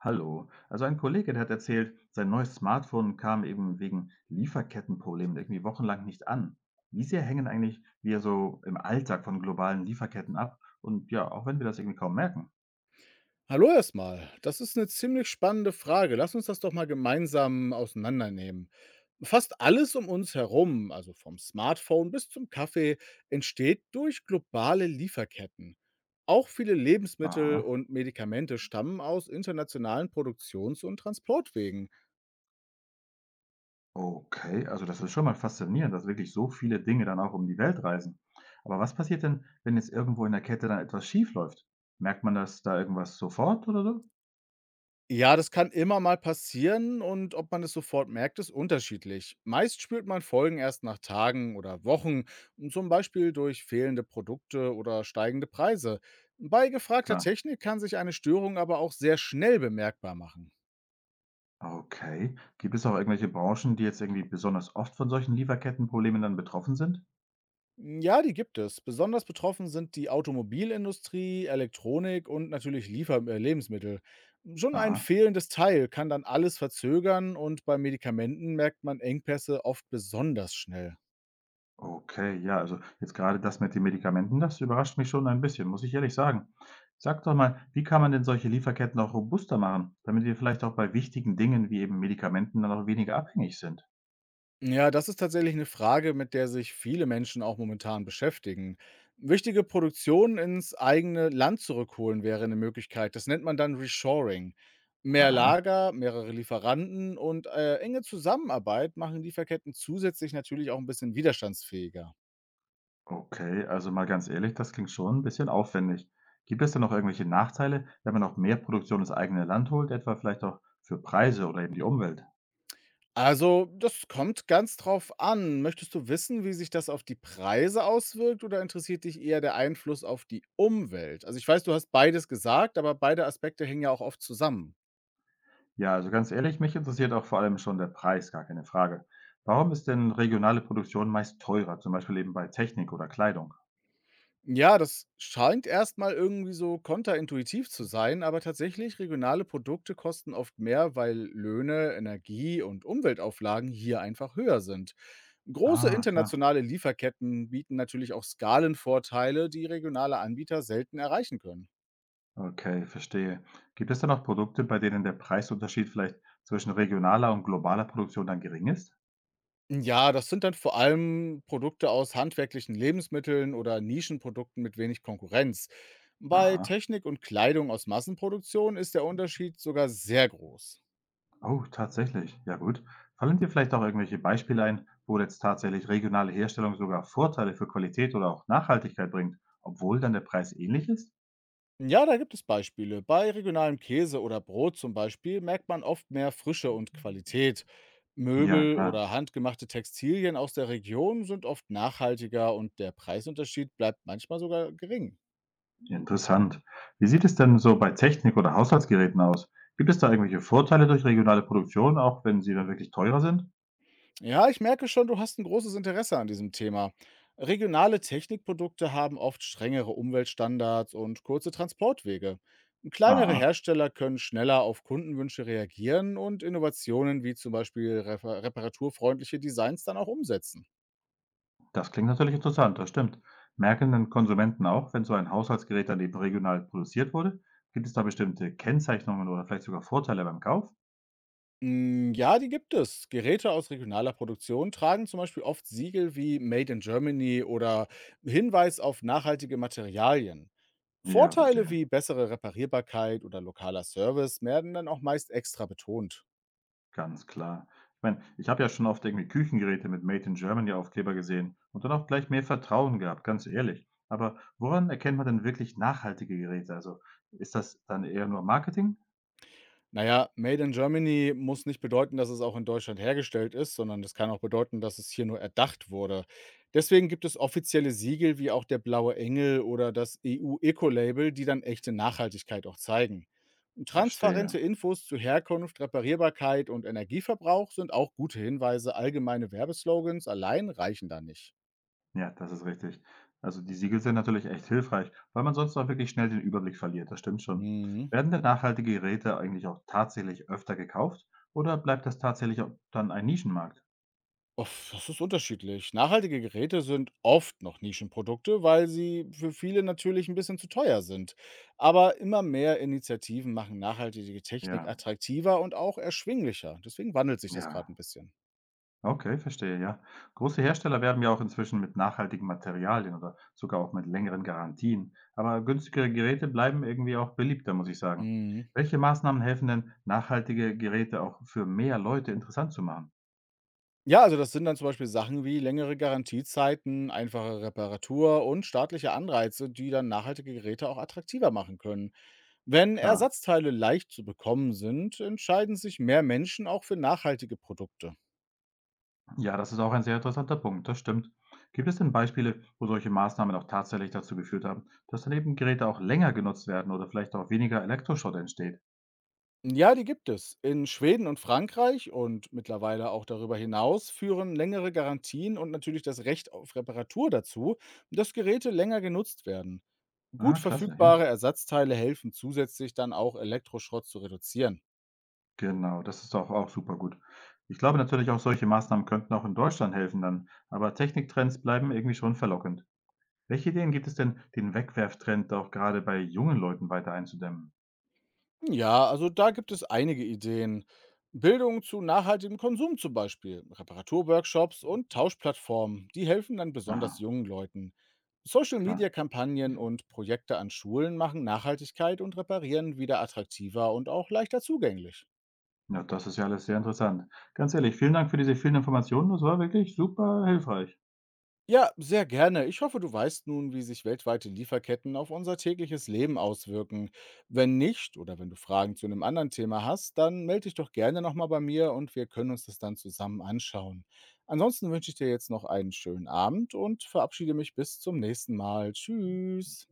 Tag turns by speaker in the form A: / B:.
A: Hallo. Also ein Kollege, der hat erzählt, sein neues Smartphone kam eben wegen Lieferkettenproblemen irgendwie wochenlang nicht an. Wie sehr hängen eigentlich wir so im Alltag von globalen Lieferketten ab? Und ja, auch wenn wir das irgendwie kaum merken.
B: Hallo erstmal. Das ist eine ziemlich spannende Frage. Lass uns das doch mal gemeinsam auseinandernehmen. Fast alles um uns herum, also vom Smartphone bis zum Kaffee, entsteht durch globale Lieferketten. Auch viele
A: Aha.
B: Lebensmittel und Medikamente stammen aus internationalen Produktions und Transportwegen.
A: Okay, also das ist schon mal faszinierend, dass wirklich so viele Dinge dann auch um die Welt reisen. Aber was passiert denn, wenn jetzt irgendwo in der Kette dann etwas schief läuft? Merkt man das da irgendwas sofort oder so?
B: Ja, das kann immer mal passieren und ob man es sofort merkt, ist unterschiedlich. Meist spürt man Folgen erst nach Tagen oder Wochen, zum Beispiel durch fehlende Produkte oder steigende Preise. Bei gefragter
A: Klar.
B: Technik kann sich eine Störung aber auch sehr schnell bemerkbar machen.
A: Okay. Gibt es auch irgendwelche Branchen, die jetzt irgendwie besonders oft von solchen Lieferkettenproblemen dann betroffen sind?
B: Ja, die gibt es. Besonders betroffen sind die Automobilindustrie, Elektronik und natürlich Liefer Lebensmittel. Schon ein
A: Aha,
B: fehlendes Teil kann dann alles verzögern und bei Medikamenten merkt man Engpässe oft besonders schnell.
A: okay, ja, also jetzt gerade das mit den Medikamenten, das überrascht mich schon ein bisschen, muss ich ehrlich sagen. Sag doch mal, wie kann man denn solche Lieferketten auch robuster machen, damit wir vielleicht auch bei wichtigen Dingen wie eben Medikamenten dann auch weniger abhängig sind?
B: Ja, das ist tatsächlich eine Frage, mit der sich viele Menschen auch momentan beschäftigen. Wichtige Produktionen ins eigene Land zurückholen wäre eine Möglichkeit. Das nennt man dann Reshoring. Mehr
A: Aha,
B: Lager, mehrere Lieferanten und, enge Zusammenarbeit machen Lieferketten zusätzlich natürlich auch ein bisschen widerstandsfähiger.
A: okay, also mal ganz ehrlich, das klingt schon ein bisschen aufwendig. Gibt es denn noch irgendwelche Nachteile, wenn man auch mehr Produktion ins eigene Land holt, etwa vielleicht auch für Preise oder eben die Umwelt?
B: Also, das kommt ganz drauf an. Möchtest du wissen, wie sich das auf die Preise auswirkt oder interessiert dich eher der Einfluss auf die Umwelt? Also, ich weiß, du hast beides gesagt, aber beide Aspekte hängen ja auch oft zusammen.
A: Ja, also ganz ehrlich, mich interessiert auch vor allem schon der Preis, gar keine Frage. Warum ist denn regionale Produktion meist teurer, zum Beispiel eben bei Technik oder Kleidung?
B: Ja, das scheint erstmal irgendwie so konterintuitiv zu sein, aber tatsächlich regionale Produkte kosten oft mehr, weil Löhne, Energie und Umweltauflagen hier einfach höher sind. Große
A: Ah, klar.
B: internationale Lieferketten bieten natürlich auch Skalenvorteile, die regionale Anbieter selten erreichen können.
A: Okay, verstehe. Gibt es dann auch Produkte, bei denen der Preisunterschied vielleicht zwischen regionaler und globaler Produktion dann gering ist?
B: Ja, das sind dann vor allem Produkte aus handwerklichen Lebensmitteln oder Nischenprodukten mit wenig Konkurrenz. Bei
A: Aha.
B: Technik und Kleidung aus Massenproduktion ist der Unterschied sogar sehr groß.
A: Oh, tatsächlich. Ja gut. Fallen dir vielleicht auch irgendwelche Beispiele ein, wo jetzt tatsächlich regionale Herstellung sogar Vorteile für Qualität oder auch Nachhaltigkeit bringt, obwohl dann der Preis ähnlich ist?
B: Ja, da gibt es Beispiele. Bei regionalem Käse oder Brot zum Beispiel merkt man oft mehr Frische und Qualität.
A: Ja,
B: Möbel
A: klar.
B: oder handgemachte Textilien aus der Region sind oft nachhaltiger und der Preisunterschied bleibt manchmal sogar gering.
A: Interessant. Wie sieht es denn so bei Technik oder Haushaltsgeräten aus? Gibt es da irgendwelche Vorteile durch regionale Produktion, auch wenn sie dann wirklich teurer sind?
B: Ja, ich merke schon, du hast ein großes Interesse an diesem Thema. Regionale Technikprodukte haben oft strengere Umweltstandards und kurze Transportwege. Kleinere
A: Aha,
B: Hersteller können schneller auf Kundenwünsche reagieren und Innovationen wie zum Beispiel reparaturfreundliche Designs dann auch umsetzen.
A: das klingt natürlich interessant, das stimmt. Merken denn Konsumenten auch, wenn so ein Haushaltsgerät dann eben regional produziert wurde? Gibt es da bestimmte Kennzeichnungen oder vielleicht sogar Vorteile beim Kauf?
B: Mm, ja, die gibt es. Geräte aus regionaler Produktion tragen zum Beispiel oft Siegel wie Made in Germany oder Hinweis auf nachhaltige Materialien.
A: Ja,
B: Vorteile
A: verstehe.
B: wie bessere Reparierbarkeit oder lokaler Service werden dann auch meist extra betont.
A: Ganz klar. Ich meine, ich habe ja schon oft irgendwie Küchengeräte mit Made in Germany Aufkleber gesehen und dann auch gleich mehr Vertrauen gehabt, ganz ehrlich. Aber woran erkennt man denn wirklich nachhaltige Geräte? Also ist das dann eher nur Marketing?
B: Naja, Made in Germany muss nicht bedeuten, dass es auch in Deutschland hergestellt ist, sondern das kann auch bedeuten, dass es hier nur erdacht wurde. Deswegen gibt es offizielle Siegel wie auch der Blaue Engel oder das EU-Eco-Label, die dann echte Nachhaltigkeit auch zeigen. Transparente
A: Verstehe.
B: Infos zu Herkunft, Reparierbarkeit und Energieverbrauch sind auch gute Hinweise. Allgemeine Werbeslogans allein reichen da nicht.
A: Ja, das ist richtig. Also die Siegel sind natürlich echt hilfreich, weil man sonst auch wirklich schnell den Überblick verliert. Das stimmt schon.
B: Mhm.
A: Werden denn nachhaltige Geräte eigentlich auch tatsächlich öfter gekauft oder bleibt das tatsächlich auch dann ein Nischenmarkt?
B: Uff, das ist unterschiedlich. Nachhaltige Geräte sind oft noch Nischenprodukte, weil sie für viele natürlich ein bisschen zu teuer sind. Aber immer mehr Initiativen machen nachhaltige Technik
A: Ja,
B: attraktiver und auch erschwinglicher. Deswegen wandelt sich das gerade ein
A: ja.
B: bisschen.
A: Okay, verstehe, ja. Große Hersteller werben ja auch inzwischen mit nachhaltigen Materialien oder sogar auch mit längeren Garantien. Aber günstigere Geräte bleiben irgendwie auch beliebter, muss ich sagen.
B: Mhm.
A: Welche Maßnahmen helfen denn, nachhaltige Geräte auch für mehr Leute interessant zu machen?
B: Ja, also das sind dann zum Beispiel Sachen wie längere Garantiezeiten, einfache Reparatur und staatliche Anreize, die dann nachhaltige Geräte auch attraktiver machen können. Wenn
A: Klar,
B: Ersatzteile leicht zu bekommen sind, entscheiden sich mehr Menschen auch für nachhaltige Produkte.
A: ja, das ist auch ein sehr interessanter Punkt, das stimmt. Gibt es denn Beispiele, wo solche Maßnahmen auch tatsächlich dazu geführt haben, dass dann eben Geräte auch länger genutzt werden oder vielleicht auch weniger Elektroschrott entsteht?
B: Ja, die gibt es. In Schweden und Frankreich und mittlerweile auch darüber hinaus führen längere Garantien und natürlich das Recht auf Reparatur dazu, dass Geräte länger genutzt werden. Gut
A: Ah, klasse, ja.
B: verfügbare Ersatzteile helfen zusätzlich dann auch Elektroschrott zu reduzieren.
A: Genau, das ist auch super gut. Ich glaube natürlich, auch solche Maßnahmen könnten auch in Deutschland helfen dann, aber Techniktrends bleiben irgendwie schon verlockend. Welche Ideen gibt es denn, den Wegwerftrend auch gerade bei jungen Leuten weiter einzudämmen?
B: Ja, also da gibt es einige Ideen. Bildung zu nachhaltigem Konsum zum Beispiel, Reparaturworkshops und Tauschplattformen, die helfen dann besonders
A: Aha,
B: jungen Leuten.
A: klar.
B: Social-Media-Kampagnen und Projekte an Schulen machen Nachhaltigkeit und Reparieren wieder attraktiver und auch leichter zugänglich.
A: Ja, das ist ja alles sehr interessant. Ganz ehrlich, vielen Dank für diese vielen Informationen. Das war wirklich super hilfreich.
B: Ja, sehr gerne. Ich hoffe, du weißt nun, wie sich weltweite Lieferketten auf unser tägliches Leben auswirken. Wenn nicht oder wenn du Fragen zu einem anderen Thema hast, dann melde dich doch gerne nochmal bei mir und wir können uns das dann zusammen anschauen. Ansonsten wünsche ich dir jetzt noch einen schönen Abend und verabschiede mich bis zum nächsten Mal. Tschüss.